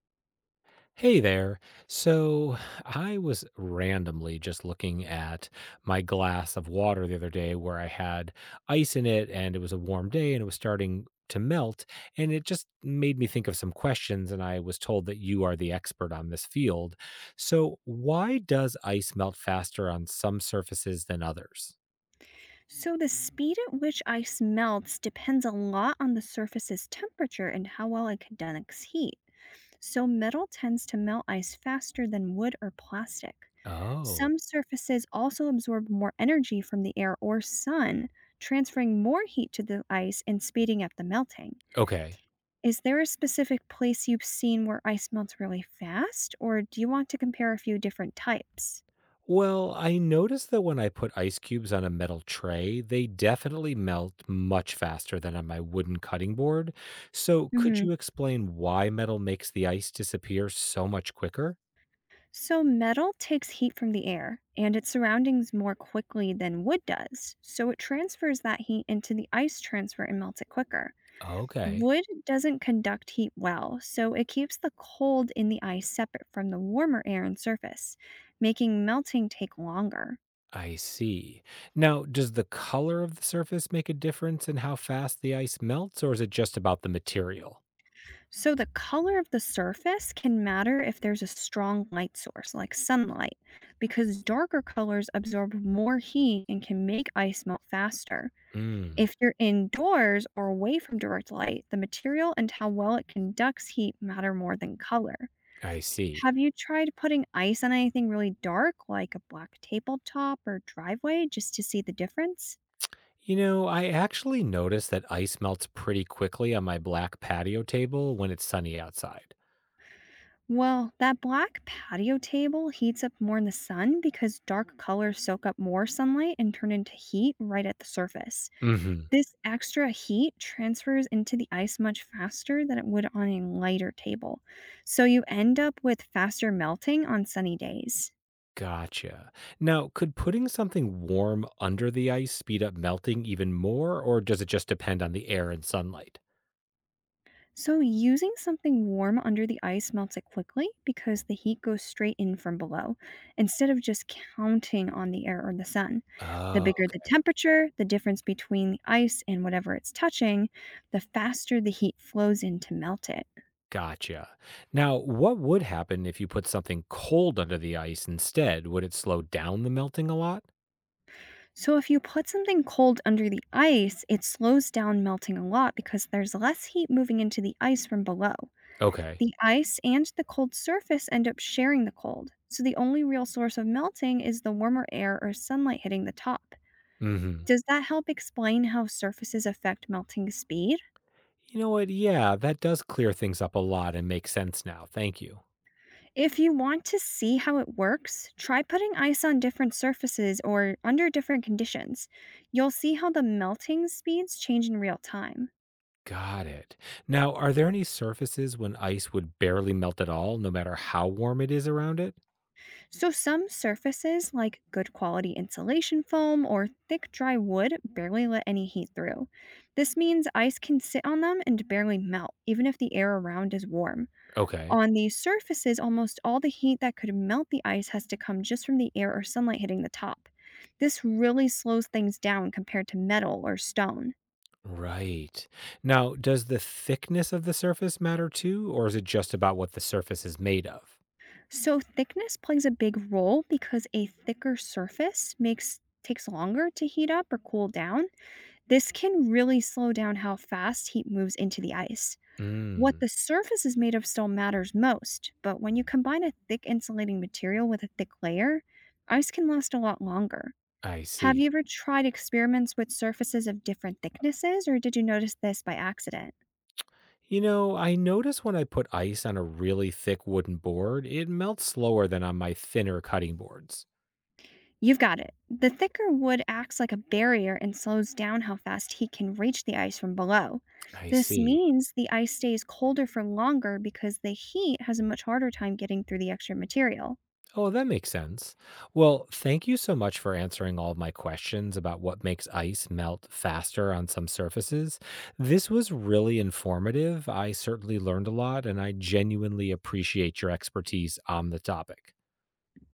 Hey there. So I was randomly just looking at my glass of water the other day where I had ice in it and it was a warm day and it was starting to melt. And it just made me think of some questions. And I was told that you are the expert on this field. So, why does ice melt faster on some surfaces than others? So, the speed at which ice melts depends a lot on the surface's temperature and how well it conducts heat. So, metal tends to melt ice faster than wood or plastic. Oh, Some surfaces also absorb more energy from the air or sun, transferring more heat to the ice and speeding up the melting. okay. Is there a specific place you've seen where ice melts really fast, or do you want to compare a few different types? Well, I noticed that when I put ice cubes on a metal tray, they definitely melt much faster than on my wooden cutting board. So, could you explain why metal makes the ice disappear so much quicker? So, metal takes heat from the air and its surroundings more quickly than wood does, so it transfers that heat into the ice transfer and melts it quicker. Okay, Wood doesn't conduct heat well, so it keeps the cold in the ice separate from the warmer air and surface, making melting take longer. I see. Now, does the color of the surface make a difference in how fast the ice melts, or is it just about the material? So, the color of the surface can matter if there's a strong light source, like sunlight, because darker colors absorb more heat and can make ice melt faster. Mm, If you're indoors or away from direct light, the material and how well it conducts heat matter more than color. I see. Have you tried putting ice on anything really dark, like a black tabletop or driveway, just to see the difference? You know, I actually noticed that ice melts pretty quickly on my black patio table when it's sunny outside. Well, that black patio table heats up more in the sun because dark colors soak up more sunlight and turn into heat right at the surface. Mm hmm. This extra heat transfers into the ice much faster than it would on a lighter table, so you end up with faster melting on sunny days. Gotcha. Now, could putting something warm under the ice speed up melting even more, or does it just depend on the air and sunlight? So, using something warm under the ice melts it quickly because the heat goes straight in from below instead of just counting on the air or the sun. The Oh, bigger the temperature, the difference between the ice and whatever it's touching, the faster the heat flows in to melt it. gotcha. Now, what would happen if you put something cold under the ice instead? Would it slow down the melting a lot? So, if you put something cold under the ice, it slows down melting a lot because there's less heat moving into the ice from below. Okay. The ice and the cold surface end up sharing the cold, so the only real source of melting is the warmer air or sunlight hitting the top. Hmm. Does that help explain how surfaces affect melting speed? You know what? Yeah, that does clear things up a lot and makes sense now. Thank you. If you want to see how it works, try putting ice on different surfaces or under different conditions. You'll see how the melting speeds change in real time. Got it. Now, are there any surfaces when ice would barely melt at all, no matter how warm it is around it? So, some surfaces, like good quality insulation foam or thick dry wood, barely let any heat through. This means ice can sit on them and barely melt, even if the air around is warm. Okay. On these surfaces, almost all the heat that could melt the ice has to come just from the air or sunlight hitting the top. This really slows things down compared to metal or stone. Right. Now, does the thickness of the surface matter too, or is it just about what the surface is made of? So, thickness plays a big role because a thicker surface makes takes longer to heat up or cool down. This can really slow down how fast heat moves into the ice. What Mm, the surface is made of still matters most, but when you combine a thick insulating material with a thick layer, ice can last a lot longer. I Have you see. ever tried experiments with surfaces of different thicknesses, or did you notice this by accident? You know, I notice when I put ice on a really thick wooden board, it melts slower than on my thinner cutting boards. You've got it. The thicker wood acts like a barrier and slows down how fast heat can reach the ice from below. I This see. means the ice stays colder for longer because the heat has a much harder time getting through the extra material. Oh, that makes sense. Well, thank you so much for answering all of my questions about what makes ice melt faster on some surfaces. This was really informative. I certainly learned a lot, and I genuinely appreciate your expertise on the topic.